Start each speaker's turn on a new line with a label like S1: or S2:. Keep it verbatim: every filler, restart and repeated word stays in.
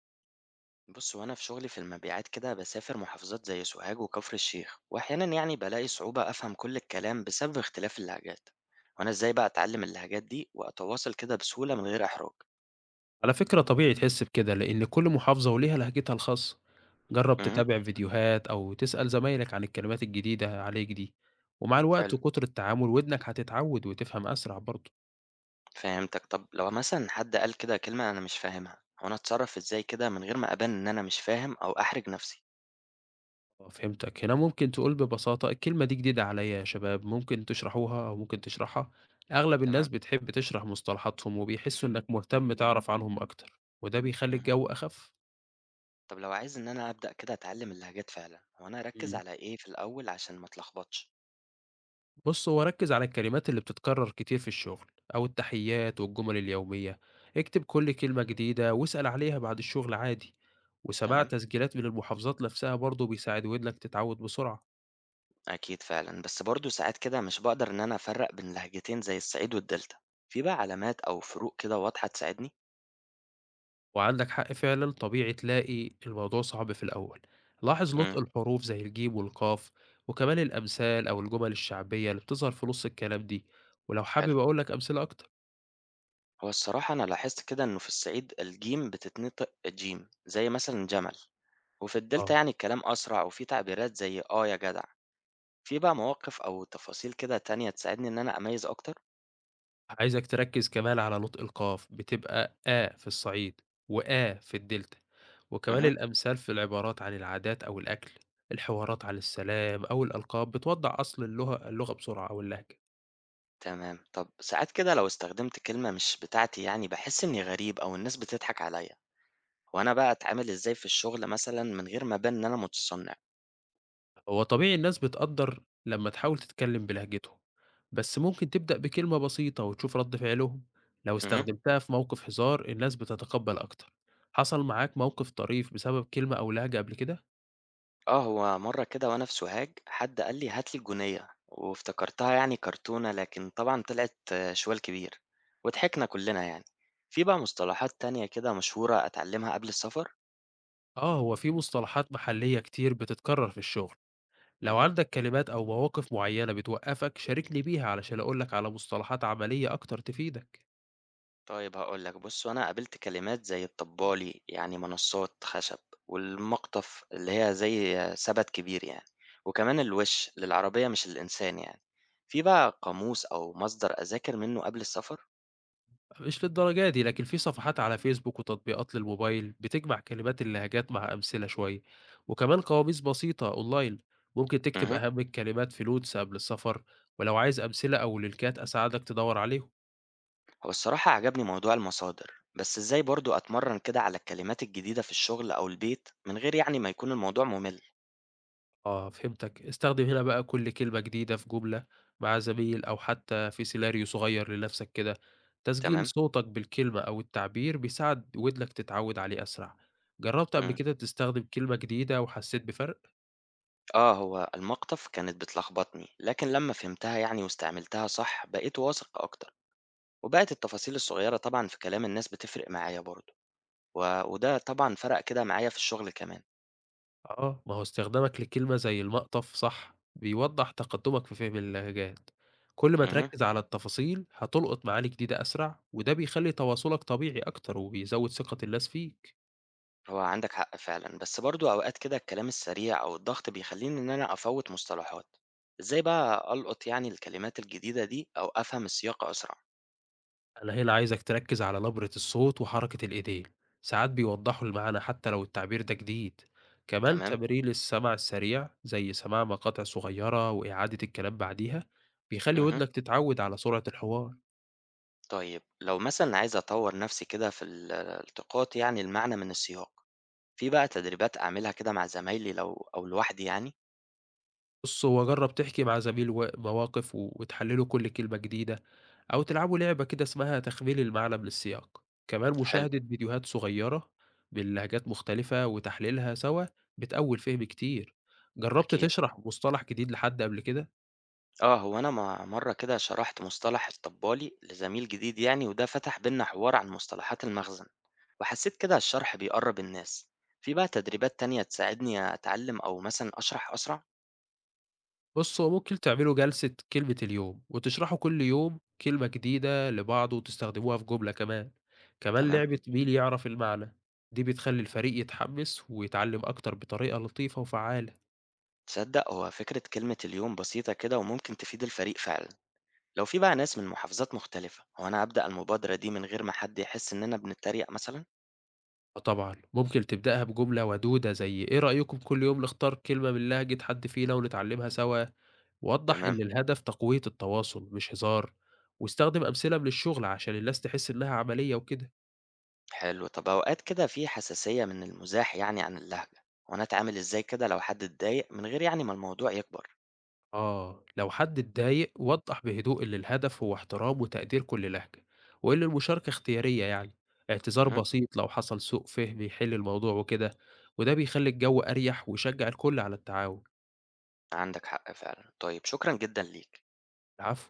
S1: بص، وانا في شغلي في المبيعات كده بسافر محافظات زي سوهاج وكفر الشيخ، واحيانا يعني بلاقي صعوبة افهم كل الكلام بسبب اختلاف اللهجات. وانا ازاي بقى اتعلم اللهجات دي واتواصل كده بسهولة من غير احراج؟
S2: على فكرة طبيعي تحس بكده لأن كل محافظة وليها لهجتها الخاصة. جرب
S1: امم.
S2: تتابع فيديوهات أو تسأل زمايلك عن الكلمات الجديدة عليك دي. ومع الوقت
S1: حلو.
S2: وكتر التعامل ودنك هتتعود وتفهم أسرع برضه.
S1: فهمتك. طب لو مثلا حد قال كده كلمة انا مش فاهمها، وانا اتصرف ازاي كده من غير ما ابان ان انا مش فاهم او احرج نفسي؟
S2: آه، فهمتك. هنا ممكن تقول ببساطة الكلمة دي جديدة عليا يا شباب، ممكن تشرحوها أو ممكن تشرحها. أغلب الناس
S1: تمام.
S2: بتحب تشرح مصطلحاتهم وبيحسوا إنك مهتم تعرف عنهم أكتر، وده بيخلي
S1: امم.
S2: الجو أخف.
S1: طب لو عايز ان انا ابدا كده اتعلم اللهجات فعلا، وانا اركز
S2: مم.
S1: على ايه في الاول عشان ما اتلخبطش؟
S2: بص، هو ركز على الكلمات اللي بتتكرر كتير في الشغل أو التحيات والجمل اليومية. اكتب كل كلمة جديدة واسأل عليها بعد الشغل عادي. وسماع
S1: تمام،
S2: تسجيلات من المحافظات نفسها برضه بيساعد ودنك تتعود بسرعة.
S1: أكيد فعلًا، بس برضه ساعات كده مش باقدر إن أنا أفرّق بين لهجتين زي الصعيد والدلتا. في بقى علامات أو فروق كده واضحة تساعدني؟
S2: وعندك حق فعلا، طبيعي تلاقي الموضوع صعب في الأول. لاحظ
S1: إمم.
S2: نطق الحروف زي الجيم والقاف، وكمان الأمثال أو الجمل الشعبية اللي بتظهر في نص الكلام دي. ولو
S1: حلو.
S2: حابب أقولك أمثلة أكتر.
S1: هو الصراحة أنا لاحظت كده إنه في الصعيد الجيم بتتنطق جيم، زي مثلًا جمل، وفي الدلتا
S2: آه،
S1: يعني الكلام أسرع، وفي تعبيرات زي آه يا جدع. في بقى مواقف أو تفاصيل كده تانية تساعدني إن أنا أميّز أكتر؟
S2: عايزك تركّز كمان على نطق القاف، بتبقى آ في الصعيد وآ في الدلتا، وكمان
S1: اهم.
S2: الأمثال في العبارات عن العادات أو الأكل. الحوارات عن السلام أو الألقاب بتوضّح أصل اللغة اللغة بسرعة أو اللهجة.
S1: تمام. طب ساعات كده لو استخدمت كلمة مش بتاعتي يعني باحس إني غريب أو الناس بتضحك عليَّ. وأنا بقى أتعامل إزاي في الشغل مثلًا من غير ما أبان إن أنا متصنع؟
S2: هو طبيعي الناس بتقدّر لمّا تحاول تتكلم بلهجتهم، بس ممكن تبدأ بكلمة بسيطة وتشوف رد فعلهم. لو
S1: اهم.
S2: استخدمتها في موقف هزار، الناس بتتقبّل أكتر. حصل معاك موقف طريف بسبب كلمة أو لهجة قبل كده؟
S1: آه، هو مرّة كده وأنا في سوهاج حد قال لي: "هات لي الجونية"، وافتكرتها يعني كرتونة، لكن طبعًا طلعت آه، شوال كبير، وضحكنا كلنا يعني. في بقى مصطلحات تانية كده مشهورة أتعلمها قبل السفر؟
S2: آه، هو في مصطلحات محلية كتير بتتكرر في الشغل. لو
S1: اهم.
S2: عندك كلمات أو مواقف معينة بتوقّفك، شاركني بيها علشان أقول لك على مصطلحات عملية أكتر تفيدك.
S1: طيب هاقول لك، بُص، هو أنا قابلت كلمات زي الطبّالي، يعني منصّات خشب، والمقطف اللي هي زي سبت كبير يعني، وكمان الوِش للعربية مش الإنسان يعني. في بقى قاموس أو مصدر أذاكر منه قبل السفر؟
S2: مش للدرجة دي، لكن في صفحات على فيسبوك وتطبيقات للموبايل بتجمع كلمات اللهجات مع أمثلة شوية، وكمان قواميس بسيطة أونلاين. ممكن تكتب
S1: اهم.
S2: أهم الكلمات في نوتس قبل السفر، ولو عايز أمثلة أو لينكات أساعدك تدوّر عليهم.
S1: هو الصراحة عجبني موضوع المصادر، بس إزاي برضه أتمرّن كده على الكلمات الجديدة في الشغل أو البيت من غير يعني ما يكون الموضوع مُمِل؟
S2: آه، فهمتك. استخدم هنا بقى كل كلمة جديدة في جملة مع زميل أو حتى في سيناريو صغير لنفسك كده. تسجيل
S1: تمام.
S2: صوتك بالكلمة أو التعبير بيساعد ودنك تتعود عليه أسرع. جربت قبل
S1: إمم.
S2: كده تستخدم كلمة جديدة وحسيت بفرق؟
S1: آه، هو المقطف كانت بتلخبطني، لكن لمّا فهمتها يعني واستعملتها صح بقيت واثق أكتر. وبقت التفاصيل الصغيرة طبعًا في كلام الناس بتفرق معايا برضه، و وده طبعًا فرق كده معايا في الشغل كمان.
S2: آه، ما هو استخدامك لكلمة زي المقطف صح بيوضح تقدمك في فهم اللهجات. كل ما
S1: اهم.
S2: تركز على التفاصيل هتلقط معاني جديدة أسرع، وده بيخلي تواصلك طبيعي أكتر وبيزود ثقة الناس فيك.
S1: هو عندك حق فعلًا، بس برضه أوقات كده الكلام السريع أو الضغط بيخلّيني إن أنا أفوّت مصطلحات. إزاي بقى ألقط يعني الكلمات الجديدة دي أو أفهم السياق أسرع؟
S2: الهيلة عايزك تركز على نبرة الصوت وحركة الإيدين، ساعات بيوضحوا المعنى حتى لو التعبير ده جديد. كمان
S1: تمام.
S2: تمرين السمع السريع زي سماع مقاطع صغيرة وإعادة الكلام بعديها بيخلي
S1: اهم.
S2: ودنك تتعود على سرعة الحوار.
S1: طيب لو مثلًا عايز أطوّر نفسي كده في ال التقاط يعني المعنى من السياق، في بقى تدريبات أعملها كده مع زمايلي لو أو لوحدي يعني؟
S2: بُص، هو جرّب تحكي مع زميل و مواقف و وتحلّله كل كلمة جديدة، أو تلعبوا لعبة كده اسمها تخمين المعنى من السياق. كمان
S1: حلو.
S2: مشاهدة فيديوهات صغيّرة من لهجات مختلفة وتحليلها سوا بتقوّي الفهم كتير. جرّبت
S1: أكيد.
S2: تشرح مصطلح جديد لحد قبل كده؟
S1: آه، هو أنا مع مرّة كده شرحت مصطلح الطبّالي لزميل جديد يعني، وده فتح بيننا حوار عن مصطلحات المخزن، وحسّيت كده الشرح بيقرّب الناس. في بقى تدريبات تانية تساعدني أتعلم أو مثلًا أشرح أسرع؟
S2: بُص، هو ممكن تعملوا جلسة كلمة اليوم، وتشرحوا كل يوم كلمة جديدة لبعض وتستخدموها في جملة كمان، كمان
S1: تمام.
S2: لعبة مين يعرف المعنى، دي بتخلّي الفريق يتحمس ويتعلم أكتر بطريقة لطيفة وفعّالة.
S1: تصدّق هو فكرة كلمة اليوم بسيطة كده وممكن تفيد الفريق فعلًا. لو في بقى ناس من محافظات مختلفة، هو أنا أبدأ المبادرة دي من غير ما حد يحس إننا بنتريق مثلًا؟
S2: آه طبعًا، ممكن تبدأها بجملة ودودة زي إيه رأيكم كل يوم نختار كلمة من لهجة حد فينا ونتعلمها سوا، ووضّح إن
S1: تمام.
S2: الهدف تقوية التواصل مش هزار، واستخدم أمثلة من الشغل عشان الناس تحس إنها عملية وكده.
S1: حلو. طب أوقات كده في حساسية من المزاح يعني عن اللهجة، وأنا أتعامل إزاي كده لو حد اتضايق من غير يعني ما الموضوع يكبر؟
S2: آه، لو حد اتضايق وضّح بهدوء إن الهدف هو احترام وتقدير كل لهجة، وإن المشاركة اختيارية يعني، اعتذار
S1: مهم.
S2: بسيط لو حصل سوء فهم يحل الموضوع وكده، وده بيخلي الجو أريح ويشجع الكل على التعاون.
S1: عندك حق فعلا. طيب شكرا جدا ليك.
S2: العفو.